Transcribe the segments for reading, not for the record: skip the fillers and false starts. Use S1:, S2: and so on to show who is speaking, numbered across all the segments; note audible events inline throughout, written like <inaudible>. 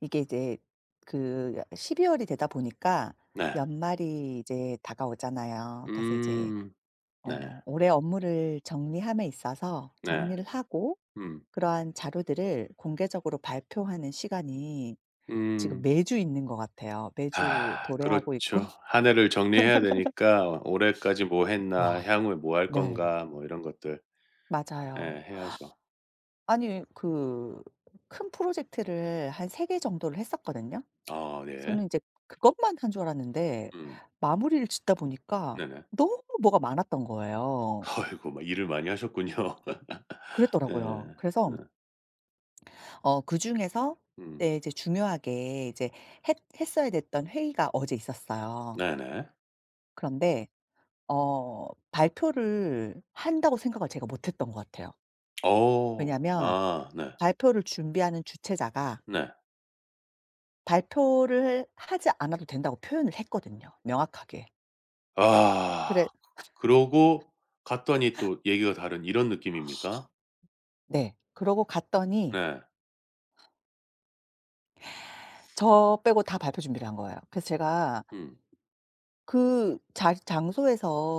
S1: 이게 이제 그 12월 월이 되다 보니까
S2: 네.
S1: 연말이 이제 다가오잖아요. 그래서 이제
S2: 음. 네.
S1: 올해 업무를 정리함에 있어서
S2: 네.
S1: 정리를 하고
S2: 음.
S1: 그러한 자료들을 공개적으로 발표하는 시간이 지금
S2: 음.
S1: 매주 있는 것 같아요. 매주
S2: 아
S1: 도래하고 있고.
S2: 그렇죠.
S1: <laughs>
S2: '한 해를 정리해야 되니까 올해까지 뭐 했나.
S1: 와.
S2: 향후에 뭐 할
S1: 네.
S2: 건가.' 뭐 이런 것들 예
S1: 맞아요.
S2: 해야죠.
S1: 아니 그 큰 프로젝트를 한 3개 정도를 했었거든요.
S2: 아 네.
S1: 저는 이제 그것만 한 줄 알았는데
S2: 음.
S1: 마무리를 짓다 보니까
S2: 네네.
S1: 너무 뭐가 많았던 거예요.
S2: 아이고 막 일을 많이 하셨군요. <laughs> 네.
S1: 그랬더라고요.
S2: 네.
S1: 그래서 그중에서
S2: 음.
S1: 네 이제 중요하게 이제 했 했어야 됐던 회의가 어제 있었어요.
S2: 네네.
S1: 그런데 발표를 한다고 생각을 제가 못 했던 것 같아요.
S2: 어.
S1: 왜냐하면
S2: 아 네.
S1: 발표를 준비하는 주최자가
S2: 네.
S1: "발표를 하지 않아도 된다."고 표현을 했거든요 명확하게.
S2: 아
S1: 그래
S2: 그러고 갔더니 또 얘기가 다른 이런 느낌입니까?
S1: 네. 그러고 갔더니
S2: 네.
S1: 저 빼고 다 발표 준비를 한 거예요. 그래서 제가
S2: 음.
S1: 그 자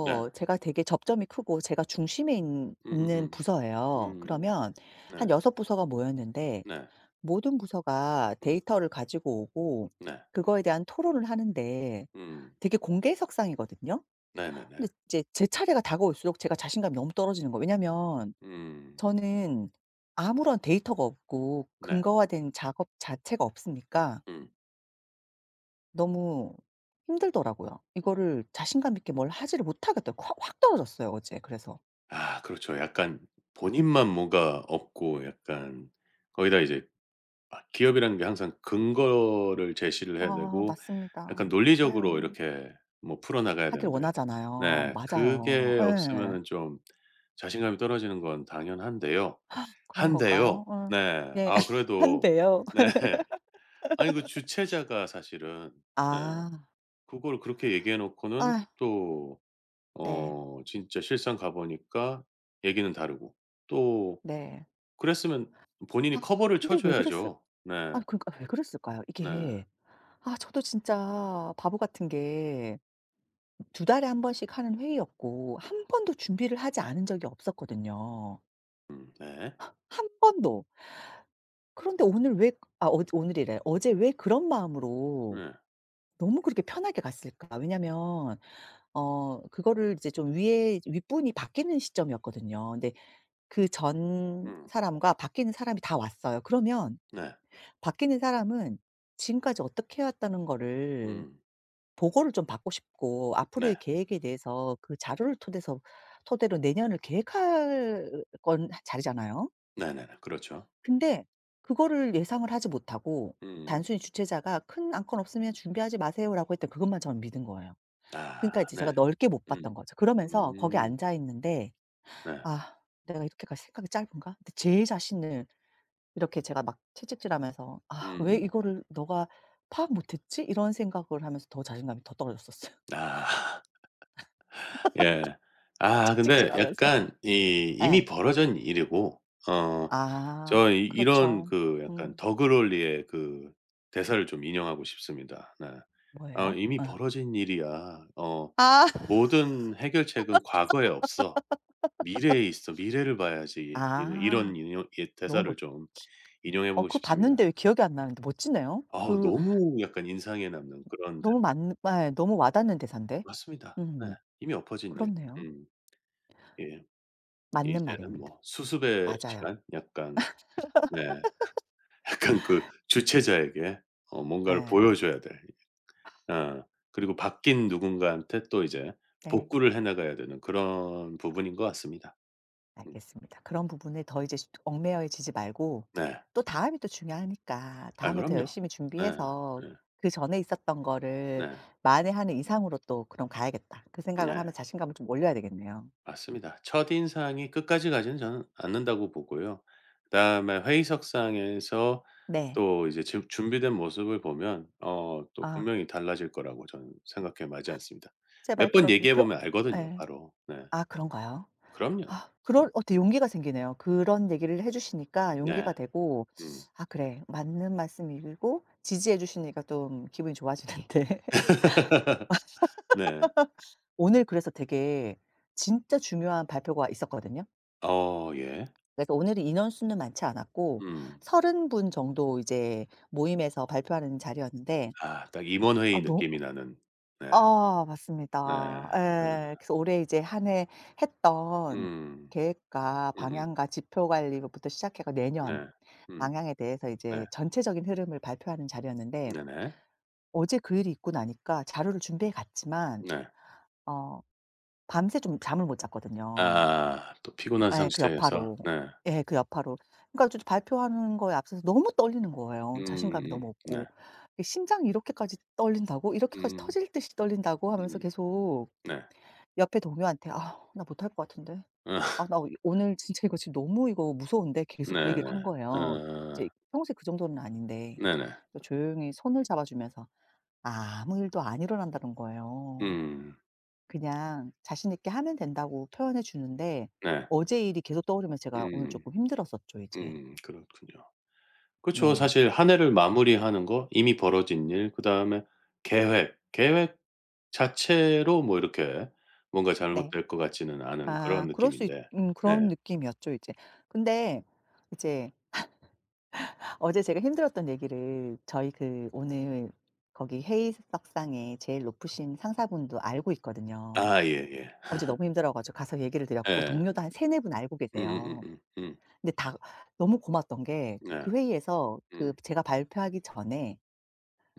S2: 네.
S1: 제가 되게 접점이 크고 제가 중심에 있 있는
S2: 음음음.
S1: 부서예요.
S2: 음.
S1: 그러면 한
S2: 네.
S1: 여섯 부서가 모였는데
S2: 네.
S1: 모든 부서가
S2: 음.
S1: 데이터를 가지고 오고
S2: 네.
S1: 그거에 대한 토론을 하는데
S2: 음.
S1: 되게 공개석상이거든요.
S2: 네네네.
S1: 근데 이제 제 차례가 다가올수록 제가 자신감이 너무 떨어지는 거예요. 왜냐면
S2: 음.
S1: 저는 아무런 데이터가 없고
S2: 네.
S1: 근거화된 작업 자체가 없으니까
S2: 음.
S1: 너무 힘들더라고요. 이거를 자신감 있게 뭘 하지를 못하겠더라 확 확 떨어졌어요 어제 그래서.
S2: 아 그렇죠. 약간 본인만 뭐가 없고 약간 거기다 이제 아 기업이라는 게 항상 근거를 제시를 해야
S1: 아
S2: 되고
S1: 맞습니다.
S2: 약간 논리적으로
S1: 그래요.
S2: 이렇게 뭐 풀어나가야
S1: 하길
S2: 되는데
S1: 원하잖아요.
S2: 네
S1: 맞아요.
S2: 그게
S1: 예.
S2: 없으면은 좀 자신감이 떨어지는 건 당연한데요.
S1: 그런 걸까요?
S2: 한데요.
S1: 어.
S2: 네.
S1: 네.
S2: 아
S1: <laughs>
S2: 그래도
S1: 한데요.
S2: 네. <laughs> 아니 그 주최자가 사실은 네.
S1: 아.
S2: 그걸 그렇게 얘기해 놓고는
S1: 아
S2: 또
S1: 네.
S2: 어 진짜 실상 가 보니까 얘기는 다르고 또
S1: 네.
S2: 그랬으면
S1: 아
S2: 본인이 커버를 쳐
S1: 근데 왜 그랬을
S2: 줘야죠. 네.
S1: 아 그러니까 왜 그랬을까요?
S2: 네.
S1: 이게 아 저도 진짜 바보 같은 게 두 달에 한 번씩 하는 회의였고 한 번도 준비를 하지 않은 적이 없었거든요.
S2: 네.
S1: 한 번도. 그런데 오늘 왜 아 어 오늘이래. 어제 왜 그런 마음으로
S2: 네.
S1: 너무 그렇게 편하게 갔을까? 왜냐면 그거를 이제 좀 위에 윗분이 바뀌는 시점이었거든요. 근데 그 전
S2: 음
S1: 사람과 바뀌는 사람이 다 왔어요. 그러면
S2: 네.
S1: 바뀌는 사람은 지금까지 어떻게 해 왔다는 거를
S2: 음
S1: 보고를 좀 받고 싶고
S2: 네.
S1: 앞으로의 계획에 대해서 그 자료를 토대서 토대로 내년을 계획할 건 자리잖아요.
S2: 네네네. 그렇죠.
S1: 근데 그거를 예상을 하지 못하고
S2: 음.
S1: 단순히 주최자가 "큰 안건 없으면 준비하지 마세요."라고 했던 그것만 저는 믿은 거예요.
S2: 아
S1: 그러니까 이제
S2: 네.
S1: 제가 넓게 못
S2: 음.
S1: 봤던 거죠. 그러면서 거기
S2: 음.
S1: 앉아 있는데
S2: 네.
S1: '아 내가 이렇게까지 생각이 짧은가?' 근데 제 자신을 이렇게 제가 막 채찍질하면서 '아 왜
S2: 음음.
S1: 이거를 너가 파악 못 했지?' 이런 생각을 하면서 더 자신감이 더 떨어졌었어요. <laughs>
S2: 아 <laughs> 예. 아 근데
S1: 채찍질하면서.
S2: 약간 이 이미
S1: 예.
S2: 벌어진 일이고 어
S1: 아
S2: 저 이 이런
S1: 그렇죠.
S2: 그 약간
S1: 음.
S2: 더글롤리의 그 대사를 좀 인용하고 싶습니다. 네.
S1: 뭐예요?
S2: 이미
S1: 어.
S2: 벌어진 일이야. 어
S1: 아.
S2: 모든 해결책은 과거에 없어. 미래에 있어. 미래를 봐야지." 이런
S1: 아.
S2: 이런 인용 이
S1: 너무
S2: 대사를
S1: 멋
S2: 좀 인용해 보고
S1: 그거
S2: 싶습니다.
S1: 봤는데 왜 기억이 안 나는데 멋지네요. 그
S2: 너무 약간 인상에 남는 그런 대사
S1: 너무 맞는 예 너무 와 닿는 대사인데.
S2: 맞습니다. 네.
S1: 음
S2: 이미 엎어진 일.
S1: 그렇네요.
S2: 음 예.
S1: 맞는
S2: 이제는
S1: 말입니다.
S2: 뭐 수습의
S1: 맞아요.
S2: 시간? 약간 네. <laughs> 약간 그 주체자에게 뭔가를
S1: 예.
S2: 보여줘야 될 어. 그리고 바뀐 누군가한테 또 이제
S1: 네.
S2: 복구를 해 나가야 되는 그런 부분인 것 같습니다. 음.
S1: 알겠습니다. 그런 부분에 더 이제 얽매여지지 말고
S2: 네.
S1: 또 다음이 또 중요하니까
S2: 아
S1: 다음에 더
S2: 그럼요.
S1: 열심히
S2: 네.
S1: 준비해서
S2: 네.
S1: 그전에 있었던 거를
S2: 네.
S1: 만회하는 이상으로 또 '그럼 가야겠다.' 그 생각을
S2: 네.
S1: 하면 자신감을 좀 올려야 되겠네요.
S2: 맞습니다. 첫인상이 끝까지 가지는 저는 않는다고 보고요. 그다음에 회의석상에서
S1: 네.
S2: 또 이제 지 준비된 모습을 보면 또
S1: 아
S2: 분명히 달라질 거라고 저는 생각해 마지 않습니다.
S1: 제발
S2: 몇 번
S1: 그러기를
S2: 얘기해
S1: 그러
S2: 보면 알거든요
S1: 예.
S2: 바로. 네.
S1: 아 그런가요?
S2: 그럼요.
S1: 아
S2: 음.
S1: 그럴 어떻게 용기가 생기네요. 그런 얘기를 해 주시니까
S2: 네.
S1: 용기가 되고
S2: 음.
S1: '아 그래. 맞는 말씀이고 지지해 주시니까 좀 기분이 좋아지는데.' <laughs>
S2: <laughs> 네.
S1: 오늘 그래서 되게 진짜 중요한 발표가 있었거든요.
S2: 어 예.
S1: 그래서 오늘은 인원수는 많지 않았고
S2: 음.
S1: 30분 정도 이제 모임에서 발표하는 자리였는데
S2: 아 딱 임원회의
S1: 아 너
S2: 느낌이 나는. 네.
S1: 아
S2: 네.
S1: 맞습니다. 예.
S2: 네.
S1: 그래서 올해 이제 한 해 했던
S2: 음.
S1: 계획과
S2: 음음.
S1: 방향과 지표 관리부터 시작해가 내년
S2: 네. 음.
S1: 방향에 대해서
S2: 네.
S1: 이제 전체적인 흐름을 발표하는 자리였는데
S2: 네네.
S1: 어제 그 일이 있고 나니까 자료를 준비해 갔지만
S2: 네.
S1: 어 밤새 좀 잠을 못 잤거든요.
S2: 아 또 피곤한
S1: 예 그
S2: 상태에서
S1: 여파로.
S2: 네.
S1: 예 그 여파로. 그러니까 좀 발표하는 거에 앞서서 너무 떨리는 거예요. 자신감이 너무
S2: 네.
S1: 없고. '이 심장이 이렇게까지 떨린다고? 이렇게까지
S2: 음.
S1: 터질 듯이 떨린다고?' 하면서
S2: 음.
S1: 계속
S2: 네.
S1: 옆에 동료한테 "아 나 못할 것 같은데."
S2: <laughs> 어
S1: 아 나 오늘 진짜 이거 지금 너무 이거 무서운데 계속 그 얘기를
S2: 네네.
S1: 한 거예요.
S2: 어
S1: 이제 평소에 그 정도는 아닌데.
S2: 네네.
S1: 또 조용히 손을 잡아주면서 아무 일도 안 일어난다는 거예요.
S2: 음.
S1: 그냥 자신 있게 하면 된다고 표현해 주는데
S2: 네.
S1: 어제 일이 계속 떠오르면서 제가 오늘
S2: 음.
S1: 조금 힘들었었죠 이제.
S2: 음. 그렇군요. 그쵸.
S1: 네.
S2: 사실 한 해를 마무리하는 거, 이미 벌어진 일, 그다음에 계획 자체로 뭐 이렇게 뭔가
S1: 네.
S2: 잘못될 것 같지는 않은 그런
S1: 아 그럴 수 있
S2: 느낌인데. 네.
S1: 그런 느낌이었죠 이제. 근데 이제 어제 제가 힘들었던 얘기를 저희 그 오늘 거기 회의석상에 제일 높으신 상사분도 알고 있거든요.
S2: 아 예예.
S1: 어제 너무 힘들어 가지고 가서 얘기를 드렸고
S2: 예.
S1: 동료도 한 세네 분 알고 계세요.
S2: 음.
S1: 근데 다 너무 고맙던 게
S2: 음.
S1: 그
S2: 네.
S1: 회의에서 그
S2: 음.
S1: 제가 발표하기 전에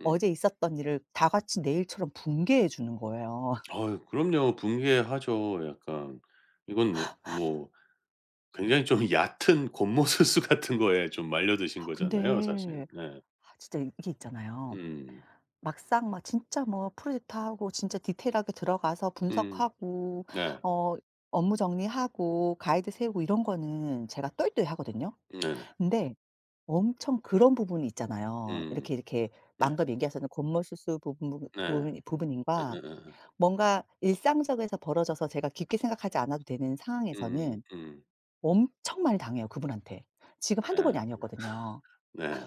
S2: 음.
S1: 어제 있었던 일을 다 같이 내일처럼 분개해 주는 거예요.
S2: 어유 그럼요. 분개하죠. 약간 이건 뭐 굉장히 좀 <laughs> 얕은 곰모수수 같은 거에 좀
S1: <laughs>
S2: 말려드신
S1: 아
S2: 거잖아요 사실.
S1: 근데
S2: 네.
S1: 아 진짜 이게 있잖아요.
S2: 음.
S1: 막상 막 진짜 뭐 프로젝트 하고 진짜 디테일하게 들어가서
S2: 음.
S1: 분석하고
S2: 네.
S1: 어 업무 정리하고 가이드 세우고 이런 거는 제가 똘똘히 하거든요.
S2: 네네.
S1: 근데 엄청 그런 부분이 있잖아요.
S2: 음.
S1: 이렇게 이렇게 방금 얘기하셨던 겉멋술수 부분
S2: 네.
S1: 부분 부분인가
S2: 예예예.
S1: 뭔가 일상적에서 벌어져서 제가 깊게 생각하지 않아도 되는
S2: 음
S1: 상황에서는
S2: 음.
S1: 엄청 많이 당해요, 그분한테. 지금 한두 번이
S2: 아
S1: 아니었거든요.
S2: 네. 네.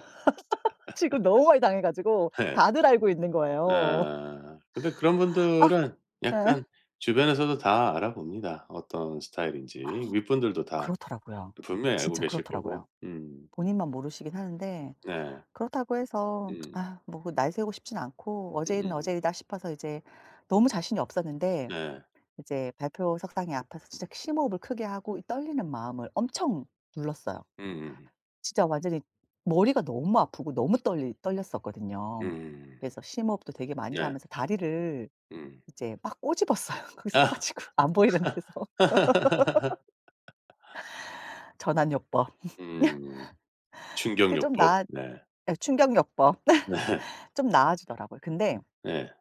S1: <laughs> 지금 너무 많이 당해 가지고 다들 알고 있는 거예요.
S2: 아. 근데 그런 분들은
S1: <laughs> 아,
S2: 약간 주변에서도 다 알아봅니다. 어떤 스타일인지. 윗분들도 다
S1: 그렇더라고요.
S2: 분명히 알고
S1: 진짜
S2: 계실
S1: 그렇더라고요.
S2: 거고. 음.
S1: 본인만 모르시긴 하는데
S2: 네.
S1: 그렇다고 해서
S2: 음.
S1: 아 뭐 그 날 세우고 싶진 않고
S2: 음
S1: 어제
S2: 음
S1: 일은 어제
S2: 음.
S1: 일이다 싶어서 이제 너무 자신이 없었는데
S2: 네.
S1: 이제 발표석상에 앞에서 진짜 심호흡을 크게 하고 이 떨리는 마음을 엄청 눌렀어요.
S2: 음
S1: 진짜 완전히 머리가 너무 아프고 너무 떨리 떨렸었거든요.
S2: 음.
S1: 그래서 심호흡도 되게 많이
S2: 네.
S1: 하면서 다리를
S2: 음.
S1: 이제 막 꼬집었어요. <laughs> 거기 서
S2: 아.
S1: 가지고 안 보이는 데서.
S2: <laughs>
S1: <laughs> 전환요법. <laughs>
S2: 음.
S1: 그게 좀
S2: 충격요법.
S1: 나
S2: 네.
S1: 충격요법.
S2: 네.
S1: 좀 나아지더라고요. 근데
S2: 네.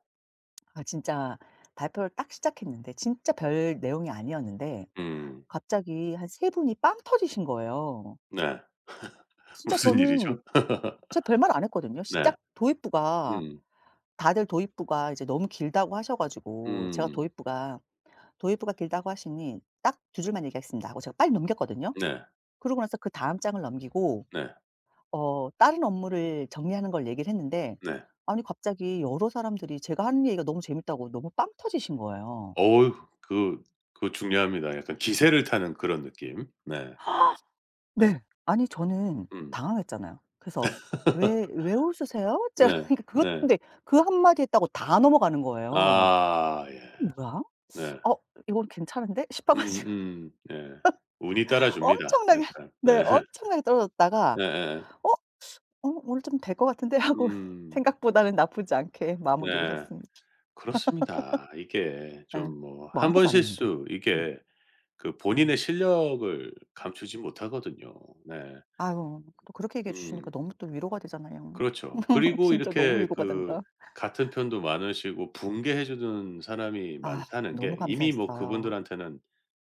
S1: 아 진짜 발표를 딱 시작했는데 진짜 별 내용이 아니었는데
S2: 음.
S1: 갑자기 한 세 분이 빵 터지신 거예요.
S2: 네. <laughs>
S1: 진짜
S2: 무슨
S1: 저는
S2: 일이죠?
S1: 제가
S2: <laughs>
S1: 별말 안 했거든요.
S2: 네.
S1: 시작 도입부가
S2: 음.
S1: 다들 도입부가 이제 너무 길다고 하셔 가지고 제가
S2: 음.
S1: 도입부가 "도입부가 길다고 하시니 딱 두 줄만 얘기하겠습니다." 하고 제가 빨리 넘겼거든요.
S2: 네.
S1: 그러고 나서 그다음 장을 넘기고
S2: 네.
S1: 다른 업무를 정리하는 걸 얘기를 했는데
S2: 네.
S1: 아니 갑자기 여러 사람들이 제가 하는 얘기가 너무 재밌다고 너무 빵 터지신 거예요.
S2: 어우 그 그거 중요합니다. 약간 기세를 타는 그런 느낌. 네. 네.
S1: 네. 아니 저는
S2: 음.
S1: 당황했잖아요. 그래서 "왜
S2: <laughs>
S1: 왜 웃으세요?" <laughs> 제가
S2: 네.
S1: 그러니까 그것
S2: 네.
S1: 근데 그 한마디했다고 다 넘어가는 거예요.
S2: 아 예.
S1: '뭐야?
S2: 네.
S1: 어 이건 괜찮은데?' <laughs> 싶어 가지고
S2: 음음. 예. 운이 따라줍니다
S1: 엄청나게
S2: 약간.
S1: 네
S2: 네. <laughs>
S1: 엄청나게 떨어졌다가
S2: 예예예.
S1: '어 어 오늘 좀 될 것 같은데?' 하고 <laughs>
S2: 음.
S1: 생각보다는 나쁘지 않게 마무리를
S2: 네.
S1: 했습니다.
S2: 그렇습니다. 이게 좀
S1: 예.
S2: 뭐
S1: 뭐
S2: 한 번
S1: 아무것도 안 했는데.
S2: 실수
S1: 음
S2: 이게 그
S1: 네.
S2: 본인의 실력을 감추지 못하거든요. 네.
S1: 아유 또 그렇게 얘기해 주시니까
S2: 음.
S1: 너무 또 위로가 되잖아요.
S2: 그렇죠.
S1: <laughs>
S2: 그리고
S1: 진짜 너무
S2: 이렇게
S1: 위로가
S2: 그
S1: 된다.
S2: 같은 편도 많으시고 분개해 주는 사람이
S1: 아
S2: 많다는
S1: 너무
S2: 게 이미 뭐
S1: 감사했어요.
S2: 그분들한테는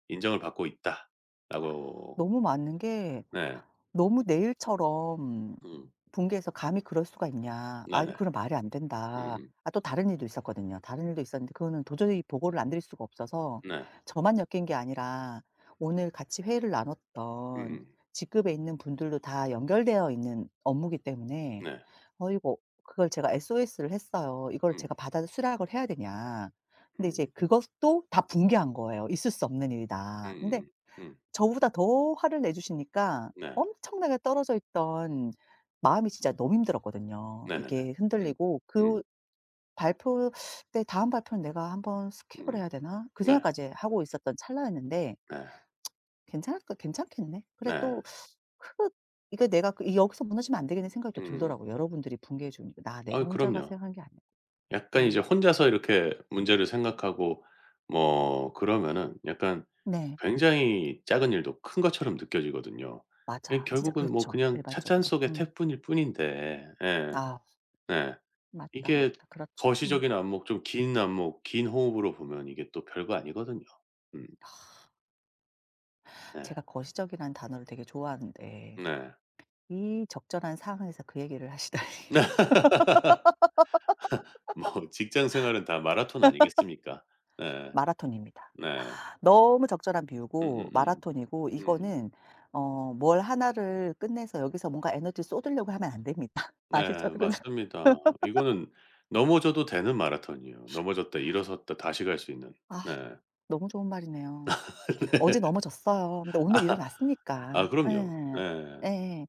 S2: 인정을 받고 있다라고
S1: 너무 맞는 게
S2: 네.
S1: 너무 내일처럼
S2: 음.
S1: 붕괴해서 "감히 그럴 수가 있냐. 아
S2: 네네.
S1: 그건 말이 안 된다."
S2: 음음.
S1: 아 또 다른 일도 있었거든요. 다른 일도 있었는데 그거는 도저히 보고를 안 드릴 수가 없어서
S2: 네.
S1: 저만 엮인 게 아니라 오늘 같이 회의를 나눴던
S2: 음음.
S1: 직급에 있는 분들도 다 연결되어 있는 업무기 때문에
S2: 네.
S1: 어 이거 그걸 제가 SOS를 했어요. 이걸
S2: 음.
S1: 제가 받아 수락을 해야 되냐. 근데 이제
S2: 음.
S1: 그것도 다 붕괴한 거예요. 있을 수 없는 일이다. 근데
S2: 음음음. 음.
S1: 저보다 더 화를 내주시니까
S2: 네.
S1: 엄청나게 떨어져 있던 마음이 진짜 너무 힘들었거든요.
S2: 네네네.
S1: 이게
S2: 음.
S1: 흔들리고
S2: 음.
S1: 그 발표 때 '다음 발표는 내가 한번 스킵을
S2: 음.
S1: 해야 되나?' 그
S2: 네.
S1: 생각까지 하고 있었던 찰나였는데
S2: 네.
S1: '괜찮을까? 괜찮겠네. 그래
S2: 네.
S1: 또 크 이거 내가 그 여기서 무너지면 안 되겠네.' 생각이 또
S2: 음.
S1: 들더라고요. 여러분들이 붕괴해 주니까. '나 내가
S2: 아이
S1: 혼자가
S2: 그럼요.
S1: 생각한 게 아니야
S2: 약간 이제
S1: 예.
S2: 혼자서 이렇게 문제를 생각하고 뭐 그러면은 약간
S1: 네.
S2: 굉장히 작은 일도 큰 것처럼 느껴지거든요. 예
S1: 맞아. 진짜
S2: 결국은 뭐
S1: 그렇죠
S2: 그냥 찻잔
S1: 일반적으로.
S2: 속의
S1: 음.
S2: 태풍일 뿐인데 예
S1: 아
S2: 네
S1: 맞다,
S2: 이게
S1: 맞다. 그렇죠. 음.
S2: 거시적인 안목 좀 긴 안목 긴 호흡으로 보면 이게 또 별거 아니거든요. 음 네.
S1: 제가 거시적이라는 단어를 되게 좋아하는데
S2: 네.
S1: 이 적절한 상황에서 그 얘기를 하시다니.
S2: <laughs> 뭐 직장 생활은 다 마라톤 아니겠습니까?
S1: <laughs>
S2: 네.
S1: 마라톤입니다.
S2: 네.
S1: 너무 적절한 비유고
S2: 음.
S1: 마라톤이고
S2: 음, 음.
S1: 이거는 뭘 하나를 끝내서 여기서 뭔가 에너지 쏟으려고 하면 안 됩니다. <laughs> 아시죠?
S2: 네
S1: 그죠?
S2: 맞습니다. 이거는 넘어져도 되는 마라톤이에요. 넘어졌다 일어섰다 다시 갈 수 있는.
S1: 아
S2: 네.
S1: 너무 좋은 말이네요.
S2: <laughs>
S1: 어제
S2: 네.
S1: 넘어졌어요. 근데 오늘
S2: 아 아
S1: 일어났으니까.
S2: 그럼요. 네.
S1: 예. 예.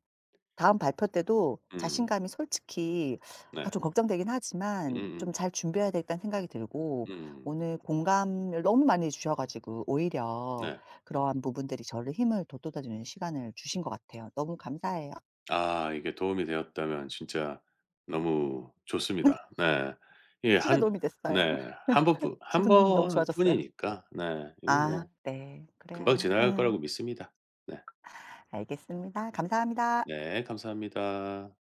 S1: 다음 발표 때도
S2: 음.
S1: 자신감이 솔직히 아
S2: 네.
S1: 좀 걱정되긴
S2: 음
S1: 하지만 '좀
S2: 음.
S1: 잘 준비해야 되겠다.'는 생각이 들고
S2: 음. 음.
S1: 오늘 공감을 너무 많이 주셔 가지고 오히려
S2: 네.
S1: 그러한 부분들이 저를 힘을 돋돋아 주는 시간을 주신 것 같아요. 너무 감사해요.
S2: 아 이게 도움이 되었다면 진짜 너무 좋습니다.
S1: <laughs>
S2: 네. 예
S1: 진짜
S2: 한
S1: 도움이 됐어요.
S2: 네. 한
S1: <laughs>
S2: 번뿐
S1: 기분이 너무 좋아졌어요.
S2: 번뿐이니까 네 이건
S1: 아
S2: 뭐
S1: 네.
S2: 금방
S1: 그래요.
S2: 지나갈
S1: 예.
S2: 거라고 믿습니다. 네.
S1: 알겠습니다. 감사합니다.
S2: 네 감사합니다.